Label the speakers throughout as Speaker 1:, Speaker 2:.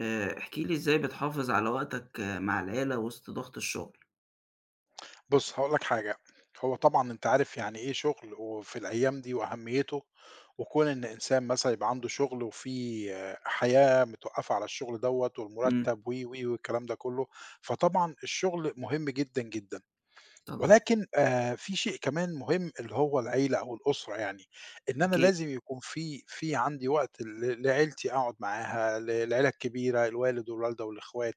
Speaker 1: احكِ لي إزاي بتحافظ على وقتك آه، مع العيلة وسط ضغط الشغل؟
Speaker 2: بُص، هاقول لك حاجة، هو طبعًا أنت عارف يعني إيه شغل وفي الأيام دي وأهميته، وكون إن إنسان مثلًا يبقى عنده شغل وفي حياة متوقّفة على الشغل دوّة
Speaker 1: إمم،
Speaker 2: والمُرتّب و، و، والكلام ده كُلّه، فطبعًا الشغل مهم جدًا، جدًا.
Speaker 1: طبعًا،
Speaker 2: ولكن في شيء كمان مهم اللي هو العيلة أو الأسرة يعني، إن أنا
Speaker 1: أكيد،
Speaker 2: لازم يكون في عندي وقت لعيلتي أقعد معاها، للعيلة الكبيرة الوالد والوالدة والإخوات،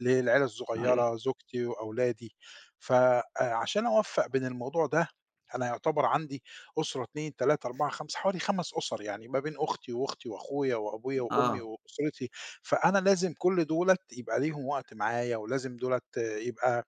Speaker 2: للعيلة
Speaker 1: صحيح،
Speaker 2: الصغيرة زوجتي وأولادي. ف عشان أوفّق بين الموضوع ده أنا يعتبر عندي أسرة 2، 3، 4، 5 حوالي 5 أسر يعني ما بين أختي وأختي وأخويا وأبويا وأمي
Speaker 1: آه،
Speaker 2: وأسرتي، فأنا لازم كل دُولة يبقى ليهم وقت معايا ولازم دُولة يبقى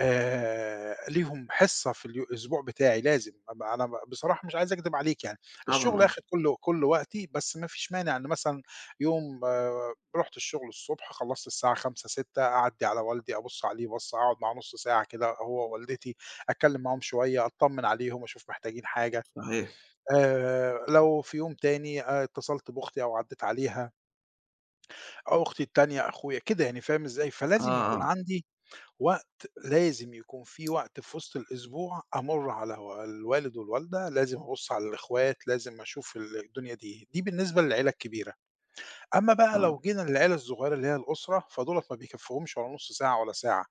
Speaker 2: ليهم حصّة في الأسبوع بتاعي لازم، أبقى أنا بصراحة مش عايز أكدب عليك يعني،
Speaker 1: طبعًا
Speaker 2: الشغل
Speaker 1: آه،
Speaker 2: أخد كل وقتي. بس ما فيش مانع إن مثلًا يوم رُحت الشغل الصبح خلّصت الساعة 17:00، 18:00 أعدّي على والدي، أبُص عليه بَصّة، أقعد معاه نُص ساعة كده هو ووالدتي، أتكلّم معاهم شوية، أطّمن عليهم، أشوف محتاجين حاجة.
Speaker 1: صحيح،
Speaker 2: لو في يوم تاني اتصلت بأختي أو عدّيت عليها، أو أختي التانية، أخويا، كده يعني فاهم إزاي؟ فلازم
Speaker 1: آه،
Speaker 2: يكون
Speaker 1: آه،
Speaker 2: عندي وقت، لازم يكون في وقت في وسط الأسبوع أمُر على الوالد والوالدة، لازم أبُص على الإخوات، لازم أشوف الدنيا دي، دي بالنسبة للعيلة الكبيرة. أمّا بقى
Speaker 1: آه،
Speaker 2: لو جينا للعيلة الصغيرة اللي هي الأسرة، فدُولَة ما بيكفّيهمش ولا نُص ساعة ولا ساعة.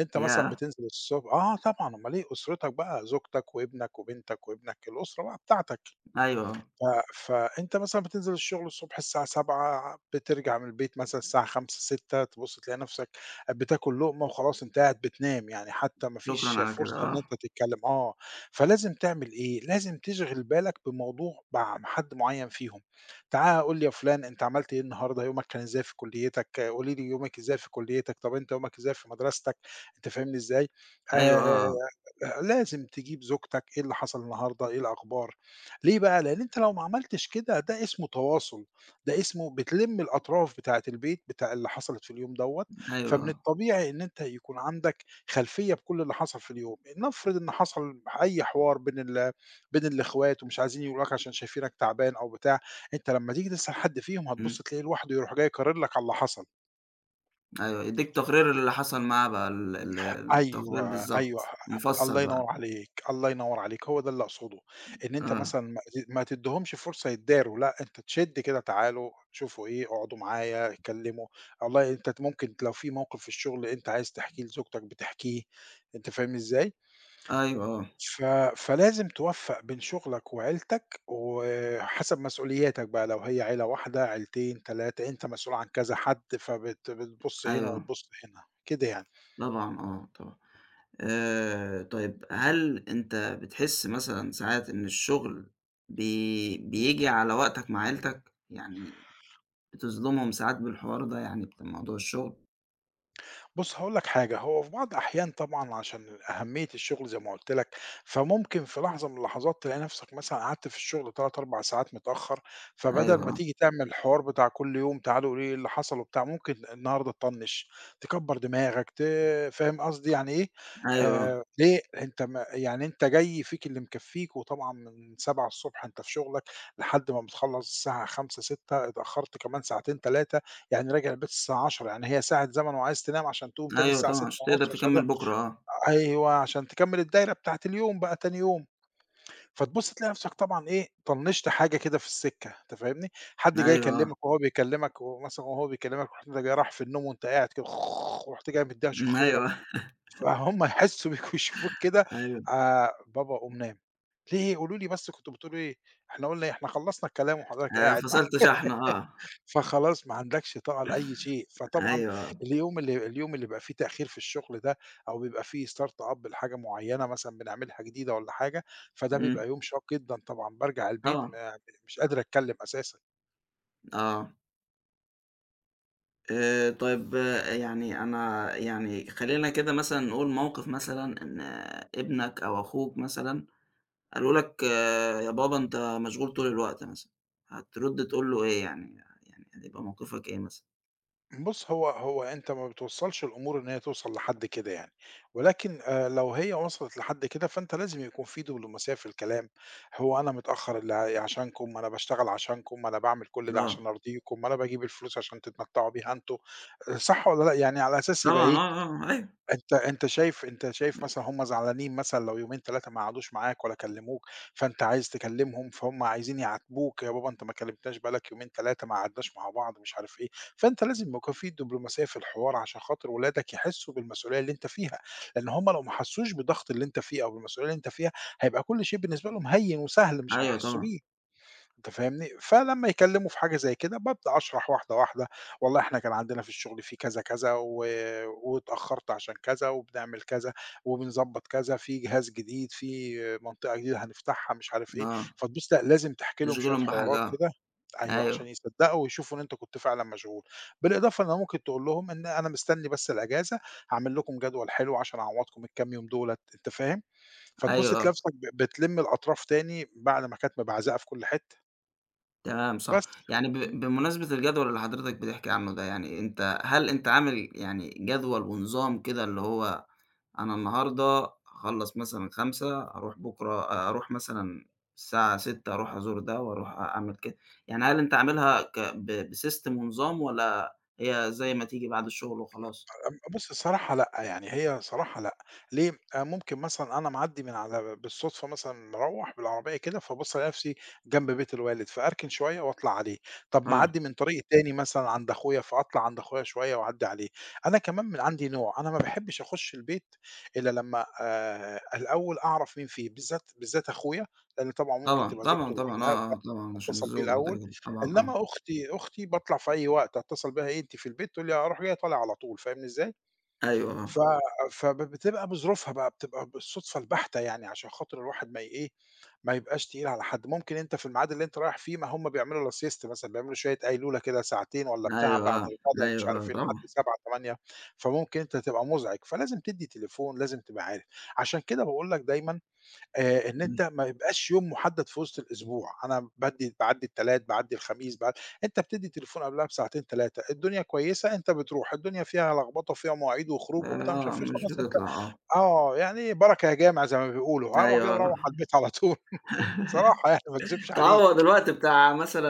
Speaker 2: أنت مثلًا
Speaker 1: ياه!
Speaker 2: بتنزل آه طبعًا، أُمّال إيه، أسرتك بقى زوجتك وابنك وبنتك وابنك، الأسرة بقى بتاعتك.
Speaker 1: أيوه آه،
Speaker 2: ف فأنت مثلًا بتنزل الشغل الصبح الساعة 07:00 بترجع من البيت مثلًا الساعة 17:00، 18:00 تبُص تلاقي نفسك بتاكل لقمة وخلاص أنت قاعد بتنام، يعني حتى ما
Speaker 1: شكرًا
Speaker 2: فيش
Speaker 1: على كده،
Speaker 2: فرصة إن
Speaker 1: آه،
Speaker 2: أنت تتكلم. فلازم تعمل إيه، لازم تشغِل بالك بموضوع مع حد معيّن فيهم، تعالَ قُل لي يا فُلان أنت عملت إيه النهارده، يومك كان إزاي في كُلّيتك، قولي لي يومِك إزاي في كُلّيتك، طَب أنت يومك إزاي في مدرستك، أنت فاهمني إزاي؟
Speaker 1: أيوه، آه،
Speaker 2: آآ
Speaker 1: آه،
Speaker 2: لازم تجيب زوجتك، إيه اللي حصل النهارده، إيه الأخبار، ليه بقى؟ لأن أنت لو ما عملتش كده ده اسمه تواصل، ده اسمه بتلم الأطراف بتاعة البيت بتاع اللي حصلت في اليوم دوّة.
Speaker 1: أيوه،
Speaker 2: فمن
Speaker 1: آه،
Speaker 2: الطبيعي إن أنت يكون عندك خلفية بكل اللي حصل في اليوم، نفرض إن حصل أي حوار بين الإخوات ومش عايزين يقولوا لك عشان شايفينك تعبان أو بتاع، أنت لما تيجي تسأل حد فيهم
Speaker 1: إمم،
Speaker 2: هتبُص تلاقيه لوحده يروح جاي قارر لك على اللي حصل.
Speaker 1: أيوه، يدّيك تقرير اللي حصل معاه بقى ال التقرير
Speaker 2: أيوه، أيوه،
Speaker 1: بالضبط، مفصّل
Speaker 2: الله
Speaker 1: بقى،
Speaker 2: ينوّر عليك، الله ينوّر عليك، هو ده اللي أقصده، إن أنت
Speaker 1: آه،
Speaker 2: مثلًا ما تدّيهمش فرصة يتداروا، لأ أنت تشِد كده تعالوا شوفوا إيه، اقعدوا معايا، اتكلموا. والله أنت ممكن لو في موقف في الشغل أنت عايز تحكيه لزوجتك بتحكيه، أنت فاهمني إزاي؟
Speaker 1: أيوه، آه،
Speaker 2: ف فلازم توفّق بين شغلك وعيلتك، وحسب مسؤولياتك بقى لو هي عيلة واحدة، عيلتين، 3، أنت مسؤول عن كذا حد، بتبُص هنا
Speaker 1: أيوه،
Speaker 2: وتبُص هنا، كده يعني.
Speaker 1: طبعًا، آه، طبعًا. طيب هل أنت بتحس مثلًا ساعات إن الشغل بييجي على وقتك مع عيلتك؟ يعني بتظلمهم ساعات بالحوار ده يعني بتاع موضوع الشغل؟
Speaker 2: بُص هاقول لك حاجة، هو في بعض الأحيان طبعًا عشان أهمية الشغل زي ما قُلت لك، فممكن في لحظة من اللحظات تلاقي نفسك مثلًا قعدت في الشغل 3، 4 ساعات متأخّر، فبدل
Speaker 1: أيوه
Speaker 2: ما
Speaker 1: آه،
Speaker 2: تيجي تعمل الحوار بتاع كل يوم تعالوا قولوا لي إيه اللي حصل وبتاع، ممكن النهارده تطنّش، تكبّر دماغك، فاهم قصدي يعني إيه.
Speaker 1: أيوه آه،
Speaker 2: ليه؟ أنت ما يعني أنت جاي فيك اللي مكفّيك وطبعًا من 7:00 ص أنت في شغلك لحد ما بتخلّص الساعة 17:00، 18:00 اتأخّرت كمان ساعتين، 3، يعني راجع البيت الساعة 22:00 يعني هي ساعة زمن وعايز تنام عشان تقوم تاني
Speaker 1: أيوه
Speaker 2: الساعة
Speaker 1: طبعًا عشان تقدر
Speaker 2: 6:30 عشان ده
Speaker 1: تكمّل بُكرة آه،
Speaker 2: أيوه، عشان تكمّل الدايرة بتاعة اليوم بقى تاني يوم. فتبُص تلاقي نفْسك طبعًا إيه، طنّشت حاجة كده في السكة، أنت فاهمني، حد جاي
Speaker 1: أيوه آه،
Speaker 2: يكلّمك وهو بيكلّمك ومثلًا وهو بيكلّمك رُحت أنت جاي رايح في النوم وأنت قاعد كده ورُحت جاي مدّيها
Speaker 1: إمم،
Speaker 2: شخيرة،
Speaker 1: أيوه
Speaker 2: فهُم يحسّوا بيك ويشوفوك كده.
Speaker 1: أيوه
Speaker 2: بابا قوم نام، ليه قولوا لي بس كنتم بتقولوا إيه؟ إحنا قُلنا إيه، إحنا خلّصنا الكلام وحضرتك قاعد
Speaker 1: فصلت شحن آه،
Speaker 2: فخلاص ما عندكش طاقة لأي شيء. فطبعًا
Speaker 1: أيوه آه،
Speaker 2: اليوم اللي اليوم اللي بيبقى فيه تأخير في الشغل ده أو بيبقى فيه start up لحاجة معيّنة مثلًا بنعملها جديدة والّا حاجة، فده
Speaker 1: إمم،
Speaker 2: بيبقى يوم شاق جدًا طبعًا، بارجع البيت
Speaker 1: طبعًا
Speaker 2: ما مش قادر أتكلم أساسًا.
Speaker 1: آه، طيب آه، يعني أنا يعني خلّينا كده مثلًا نقول موقف مثلًا إن ابنك أو أخوك مثلًا قالوا لك آه، يا بابا أنت مشغول طول الوقت مثلًا، هترد تقول له إيه يعني؟ يعني هيبقى موقفك إيه مثلًا؟
Speaker 2: بُص، هو أنت ما بتوصّلش الأمور إن هي توصل لحد كده يعني، ولكن لو هي وصلت لحد كده فأنت لازم يكون في دبلوماسية في الكلام، هو أنا متأخّر عشانكم، ما أنا باشتغل عشانكم، ما أنا باعمل كل ده
Speaker 1: آه،
Speaker 2: عشان أرضيكم، ما أنا باجيب الفلوس عشان تتمتّعوا بيها أنتم، صح والّا لأ؟ يعني على أساس يبقى
Speaker 1: طبعًا
Speaker 2: إيه.
Speaker 1: آه، آه، آه، أيوه،
Speaker 2: أنت شايف مثلًا هُم زعلانين مثلًا لو يومين 3 ما قعدوش معاك ولا كلموك، فأنت عايز تكلمهم، فهُم عايزين يعاتبوك، "يا بابا أنت ما كلمتناش بقى لك يومين 3 ما قعدناش مع بعض،" مش عارف إيه، فأنت لازم يبقى في دبلوماسية في الحوار عشان خاطر ولادك يحسّوا بالمسؤولية اللي أنت فيها، لإن هُم لو ما حسّوش بالضغط اللي أنت فيه أو بالمسؤولية اللي أنت فيها، هيبقى كل شيء بالنسبة لهم هيّن وسهل مش
Speaker 1: أيوه
Speaker 2: هيحسّوا
Speaker 1: طبعًا،
Speaker 2: بيه. أنت فاهمني؟ فلمّا يكلّموا في حاجة زي كده، بابدأ أشرح واحدة، واحدة، والله إحنا كان عندنا في الشغل في كذا، كذا و واتأخّرت عشان كذا وبنعمل كذا وبنضبّط كذا، في جهاز جديد، في منطقة جديدة هنفتحها مش عارف إيه،
Speaker 1: آه،
Speaker 2: فتبُص لأ لازم تحكي لهم شوية
Speaker 1: تشغيلهم بحاجة
Speaker 2: حوارات
Speaker 1: آه،
Speaker 2: كده، أيوه،
Speaker 1: أيوه،
Speaker 2: عشان يصدّقوا ويشوفوا إن أنت كنت فعلًا مشغول، بالإضافة إن أنا ممكن تقول لهم إن أنا مستني بس الأجازة، هاعمل لكم جدول حلو عشان أعوّضكم الكام يوم دُولة، أنت فاهم؟ فتبُص
Speaker 1: أيوه آه،
Speaker 2: تلاقي نفْسك بتلِم الأطراف تاني بعد ما كانت مبعزقة في كل حتّة.
Speaker 1: تمام صح،
Speaker 2: بس
Speaker 1: يعني ب بمناسبة الجدول اللي حضرتك بتحكي عنه ده، يعني أنت هل أنت عامل يعني جدول ونظام كده اللي هو أنا النهارده هاخلّص مثلًا 17:00 أروح بكرة أروح مثلًا الساعة 18:00 أروح أزور ده وأروح أعمل كده. يعني هل أنت عاملها ك ب بسيستم ونظام والّا هي زي ما تيجي بعد الشغل وخلاص؟
Speaker 2: بُص الصراحة لأ، يعني هي صراحة لأ، ليه؟ ممكن مثلًا أنا معدّي من على بالصدفة مثلًا مروّح بالعربية كده، فابُص ألاقي نفسي جنب بيت الوالد، فأركن شوية وأطلع عليه، طب
Speaker 1: آه.
Speaker 2: معدّي من طريق تاني مثلًا عند أخويا، فأطلع عند أخويا شوية وأعدّي عليه. أنا كمان من عندي نوع، أنا ما باحبش أخش البيت إلا لمّا الأول أعرف مين فيه، بالذات بالذات أخويا، لإن طبعًا ممكن
Speaker 1: طبعًا،
Speaker 2: تبقى
Speaker 1: طبعًا،
Speaker 2: زوجته
Speaker 1: طبعًا، آه، آه،
Speaker 2: لوحدها
Speaker 1: طبعًا عشان
Speaker 2: أتصل بيه
Speaker 1: الزوجة
Speaker 2: الأول،
Speaker 1: وكده، طبعًا آه.
Speaker 2: إنما أختي باطلع في أي وقت أتصل بيها "إيه أنتِ في البيت؟" تقول لي "أروح جاي طالع على طول." فاهمني إزاي؟
Speaker 1: أيوه آه.
Speaker 2: ف فبتبقى بظروفها بقى، بتبقى بالصدفة البحتة يعني عشان خاطر الواحد ما ي إيه، ما يبقاش تقيل على حد، ممكن أنت في الميعاد اللي أنت رايح فيه ما هم بيعملوا لا siesta مثلًا، بيعملوا شوية قيلولة كده ساعتين والّا بتاع
Speaker 1: أيوه
Speaker 2: بعد
Speaker 1: آه.
Speaker 2: الغدا ومش
Speaker 1: أيوه آه
Speaker 2: عارف إيه لحد
Speaker 1: طبعًا.
Speaker 2: 19:00، 20:00، فممكن أنت تبقى مُزعج، فلازم تدّي تليفون، لازم تبقى عارف. عشان كده باقول لك دايمًا إن أنت
Speaker 1: إمم.
Speaker 2: ما يبقاش يوم محدد في وسط الأسبوع، أنا بادّي باعدّي التلات، باعدّي الخميس، أنت بتدّي تليفون قبلها بساعتين، 3، الدنيا كويسة أنت بتروح، الدنيا فيها لخبطة وفيها مواعيد وخروج وبتاع مش
Speaker 1: آه،
Speaker 2: عارف إيه،
Speaker 1: مش
Speaker 2: خلاص أنت
Speaker 1: بتطلع آه.
Speaker 2: آه، يعني بركة يا جامع زي ما بيقولوا، هاروح جاي
Speaker 1: أيوه آه.
Speaker 2: مروّح على البيت على طول. بصراحة يعني ما اكذبش
Speaker 1: تعوّض
Speaker 2: عليك،
Speaker 1: الوقت بتاع مثلًا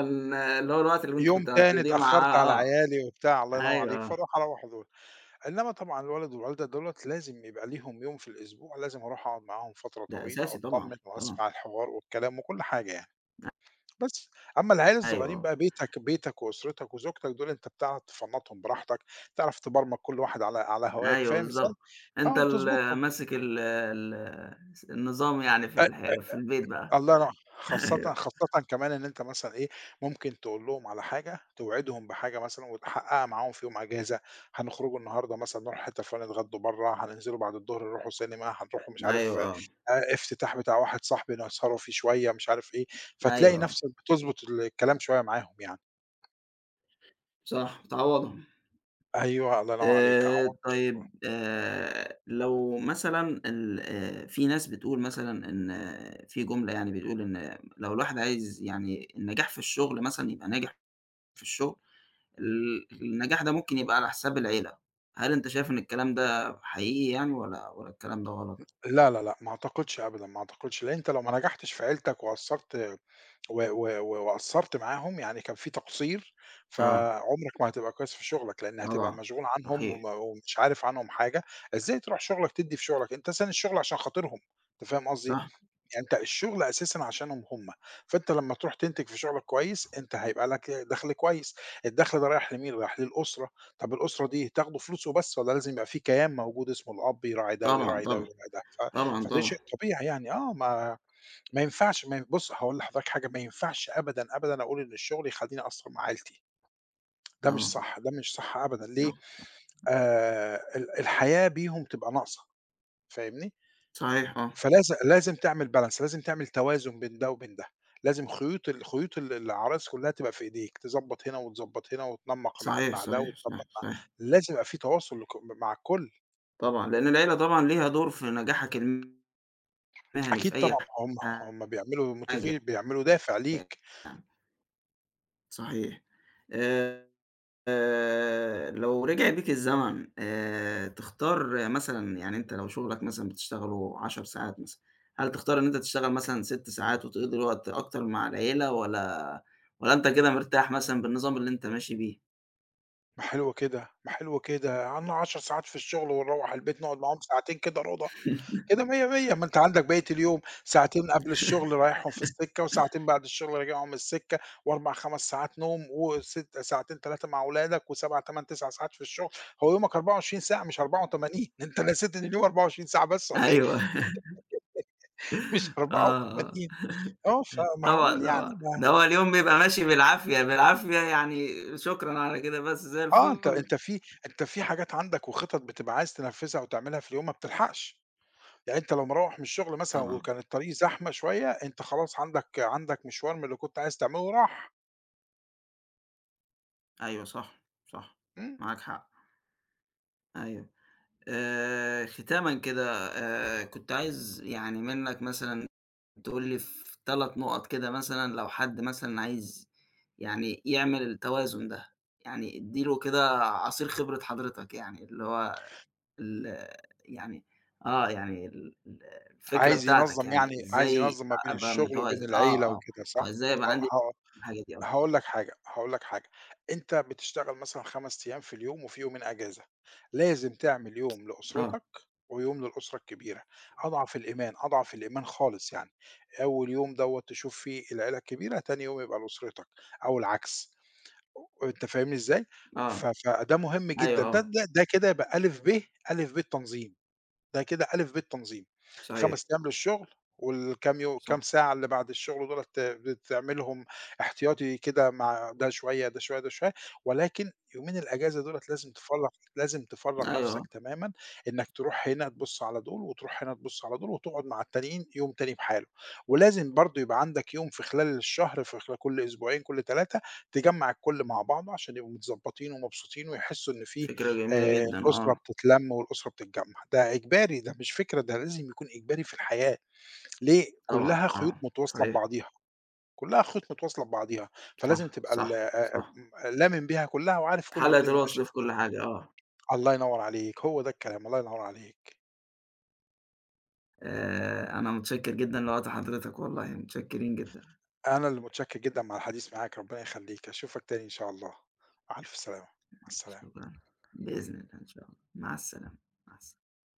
Speaker 1: اللي هو الوقت اللي أنت
Speaker 2: يوم
Speaker 1: كنت
Speaker 2: تاني
Speaker 1: هتقضيه مع
Speaker 2: اتأخّرت على
Speaker 1: آه. آه.
Speaker 2: عيالي وبتاع الله ينوّر
Speaker 1: أيوه
Speaker 2: عليك،
Speaker 1: آه.
Speaker 2: فاروح أروّح دول، إنّما طبعًا الولد والوالدة دُولة لازم يبقى ليهم يوم في الأسبوع لازم أروح أقعد معاهم فترة
Speaker 1: ده
Speaker 2: طويلة
Speaker 1: أساسي
Speaker 2: وأطمّن
Speaker 1: طبعًا، طبعًا.
Speaker 2: وأسمع الحوار والكلام وكل حاجة يعني. بس، أمّا العيال الصغيرين
Speaker 1: أيوه،
Speaker 2: بقى بيتك بيتك وأسرتك وزوجتك دول أنت بتعرف تفنّطهم براحتك، تعرف تبرمج كل واحد على هواك،
Speaker 1: أيوه
Speaker 2: فاهم إزاي؟
Speaker 1: بالضبط. أنت
Speaker 2: آه،
Speaker 1: اللي
Speaker 2: وتضبطهم.
Speaker 1: ماسك ال النظام يعني في
Speaker 2: أ
Speaker 1: الح في البيت بقى.
Speaker 2: الله ينور. خاصةً
Speaker 1: أيوه،
Speaker 2: خاصةً كمان إن أنت مثلًا إيه، ممكن تقول لهم على حاجة، توعدهم بحاجة مثلًا وتحققها معاهم في يوم أجازة، هنخرجوا النهارده مثلًا نروحوا الحتة الفلانية نتغدوا برّه، هننزلوا بعد الضهر نروحوا سينما، هنروحوا مش عارف
Speaker 1: أيوه آه،
Speaker 2: افتتاح بتاع واحد صاحبي نسهروا فيه شوية مش عارف إيه،
Speaker 1: أيوه
Speaker 2: فتلاقي
Speaker 1: آه،
Speaker 2: نفسك بتضبط الكلام شوية معاهم يعني.
Speaker 1: صح تعوّضهم.
Speaker 2: أيوه، الله ينوّر عليك، عوّضت شغلهم.
Speaker 1: طيب لو مثلًا ال في ناس بتقول مثلًا إن في جملة يعني بتقول إن لو الواحد عايز يعني النجاح في الشغل مثلًا يبقى ناجح في الشغل، النجاح ده ممكن يبقى على حساب العيلة، هل أنت شايف إن الكلام ده حقيقي يعني والّا الكلام ده غلط؟
Speaker 2: لا، لا، لأ، ما أعتقدش أبدًا، ما أعتقدش، لإن أنت لو ما نجحتش في عيلتك وقصّرت و و و وقصّرت معاهم، يعني كان في تقصير،
Speaker 1: آه.
Speaker 2: فعمرك ما هتبقى كويس في شغلك، لإن هتبقى
Speaker 1: طبعًا،
Speaker 2: مشغول عنهم
Speaker 1: صحيح،
Speaker 2: وم ومش عارف عنهم حاجة، إزاي تروح شغلك تدّي في شغلك؟ أنت سايب الشغل عشان خاطرهم، أنت فاهم قصدي؟
Speaker 1: صح،
Speaker 2: يعني أنت الشغل أساسًا عشانهم هم، فأنت لمّا تروح تنتج في شغلك كويس، أنت هيبقى لك دخل كويس، الدخل ده رايح لمين؟ رايح للأسرة، طب الأسرة دي تاخده فلوس وبس والّا لازم يبقى في كيان موجود اسمه الأب يراعي ده
Speaker 1: طبعًا،
Speaker 2: ويراعي ده
Speaker 1: طبعًا،
Speaker 2: ويراعي ده. ف
Speaker 1: طبعًا،
Speaker 2: فده
Speaker 1: طبعًا،
Speaker 2: شيء طبيعي يعني آه، ما ما ينفعش ما ي بُص هاقول لحضرتك حاجة، ما ينفعش أبدًا، أبدًا أقول إن الشغل يخلّيني أقصّر مع عيلتي، ده مش
Speaker 1: طبعًا،
Speaker 2: صح، ده مش صح أبدًا. ليه؟
Speaker 1: صح،
Speaker 2: ال الحياة بيهم تبقى ناقصة، فاهمني؟
Speaker 1: صحيح آه،
Speaker 2: لازم تعمل بالانس، لازم تعمل توازن بين ده وبين ده، لازم خيوط العرايس كلّها تبقى في إيديك، تضبّط هنا وتضبّط هنا وتنمّق ميعاد
Speaker 1: صحيح،
Speaker 2: مع ده
Speaker 1: صحيح، صح،
Speaker 2: وتضبّط مع،
Speaker 1: صحيح،
Speaker 2: لازم يبقى في تواصل لك مع الكل،
Speaker 1: طبعًا، لأن العيلة طبعًا ليها دور في نجاحك المهني
Speaker 2: أكيد
Speaker 1: في أي
Speaker 2: طبعًا هم، هم
Speaker 1: حاجة
Speaker 2: بيعملوا دافع ليك.
Speaker 1: يعني، صحيح، آآ لو رجع بيك الزمن تختار مثلًا يعني أنت لو شغلك مثلًا بتشتغله 10 ساعات مثلًا، هل تختار إن أنت تشتغل مثلًا 6 ساعات وتقضي الوقت أكتر مع العيلة والّا أنت كده مرتاح مثلًا بالنظام اللي أنت ماشي بيه؟
Speaker 2: ما حلو كده، ما حلو كده، قعدنا 10 ساعات في الشغل ونروّح البيت نقعد معاهم ساعتين كده رضا، كده مِيَّة، مِيَّة، ما أنت عندك بقية اليوم ساعتين قبل الشغل رايحهم في السكة، وساعتين بعد الشغل راجعهم من السكة، و4، 5 ساعات نوم، وست ساعتين 3 مع ولادك، و7، 8، 9 ساعات في الشغل، هو يومك 24 ساعة مش 84 أنت نسيت إن اليوم 24 ساعة بس والّا إيه؟
Speaker 1: أيوه
Speaker 2: مش
Speaker 1: آه، آه.
Speaker 2: 84 آه،
Speaker 1: طبعًا،
Speaker 2: فمعقول يعني
Speaker 1: طبعًا.
Speaker 2: ما
Speaker 1: ده هو اليوم بيبقى ماشي بالعافية، بالعافية يعني شكرًا على كده بس زي
Speaker 2: آه، أنت
Speaker 1: الفل.
Speaker 2: أنت في أنت في حاجات عندك وخطط بتبقى عايز تنفذها وتعملها في اليوم ما بتلحقش. يعني أنت لو مروّح من الشغل مثلًا
Speaker 1: طبعًا.
Speaker 2: وكان الطريق زحمة شوية، أنت خلاص عندك عندك مشوار من اللي كنت عايز تعمله راح،
Speaker 1: أيوه صح، صح.
Speaker 2: إمم،
Speaker 1: معاك حق. أيوه. ختامًا كده كنت عايز يعني منّك مثلًا تقول لي في 3 نُقط كده مثلًا لو حد مثلًا عايز يعني يعمل التوازن ده، يعني ادّي له كده عصير خبرة حضرتك يعني، اللي هو ال يعني آه، يعني ال الفكرة
Speaker 2: عايز
Speaker 1: بتاعتك
Speaker 2: ينظّم يعني
Speaker 1: يعني
Speaker 2: عايز
Speaker 1: إزاي
Speaker 2: ينظّم ما بين
Speaker 1: أبقى
Speaker 2: الشغل وبين
Speaker 1: متوازن، آه،
Speaker 2: العيلة
Speaker 1: آه،
Speaker 2: وكده
Speaker 1: آه،
Speaker 2: صح؟
Speaker 1: إزاي
Speaker 2: ه
Speaker 1: أبقى عندي
Speaker 2: ه
Speaker 1: الحاجة دي، آه،
Speaker 2: هاقول لك حاجة، هاقول لك حاجة، أنت بتشتغل مثلًا 5 أيام في اليوم وفي يومين أجازة، لازم تعمل يوم
Speaker 1: آه،
Speaker 2: لأسرتك ويوم للأسرة الكبيرة، أضعف الإيمان، أضعف الإيمان خالص يعني، أول يوم دوّة تشوف فيه العيلة الكبيرة، تاني يوم يبقى لأسرتك أو العكس. أنت فاهمني إزاي؟ ف
Speaker 1: آه،
Speaker 2: فده مهم
Speaker 1: أيوه
Speaker 2: جدًا، ده
Speaker 1: آه،
Speaker 2: ده ده كده يبقى ألِف، ب، ألِف، ب التنظيم. ده كده ألِف، ب، تنظيم،
Speaker 1: صحيح،
Speaker 2: 5 أيام للشغل والكام يو كام
Speaker 1: صح،
Speaker 2: ساعة اللي بعد الشغل دُولة بتعملهم احتياطي كده مع ده شوية، ده شوية، ده شوية، ولكن يومين الأجازة دُولة لازم تفرّغ، لازم تفرّغ
Speaker 1: أيوه آه،
Speaker 2: نَفْسك تمامًا، إنّك تروح هنا تبُص على دُول وتروح هنا تبُص على دُول وتقعد مع التانيين يوم تاني بحاله، ولازم برضه يبقى عندك يوم في خلال الشهر في خلا كل أسبوعين، كل 3، تجمّع الكل مع بعضه عشان يبقوا متضبّطين ومبسوطين ويحسّوا إن في
Speaker 1: فكرة جميلة جدًا
Speaker 2: الأسرة
Speaker 1: آه،
Speaker 2: بتتلَم والأسرة بتتجمّع، ده إجباري، ده مش فكرة، ده لازم يكون إجباري في الحياة، ليه؟
Speaker 1: طبعًا،
Speaker 2: كلّها خيوط
Speaker 1: طبعًا،
Speaker 2: متواصلة
Speaker 1: صحيح،
Speaker 2: ببعضيها، كلّها خيوط متواصلة ببعضيها،
Speaker 1: صح،
Speaker 2: فلازم تبقى
Speaker 1: صح،
Speaker 2: ال
Speaker 1: صح،
Speaker 2: آمم لامم بيها كلّها وعارف كل
Speaker 1: حلقة
Speaker 2: الدنيا ماشية،
Speaker 1: الوصل في كل حاجة آه،
Speaker 2: الله ينوّر عليك، هو ده الكلام، الله ينوّر عليك.
Speaker 1: أنا متشكر جدًا لوقت حضرتك والله، متشكرين جدًا،
Speaker 2: أنا اللي متشكّر جدًا على الحديث معاك، ربنا يخلّيك، أشوفك تاني إن شاء الله، مع ألف سلامة، مع السلامة.
Speaker 1: شكرًا، بإذن الله إن شاء الله، مع السلامة، مع الس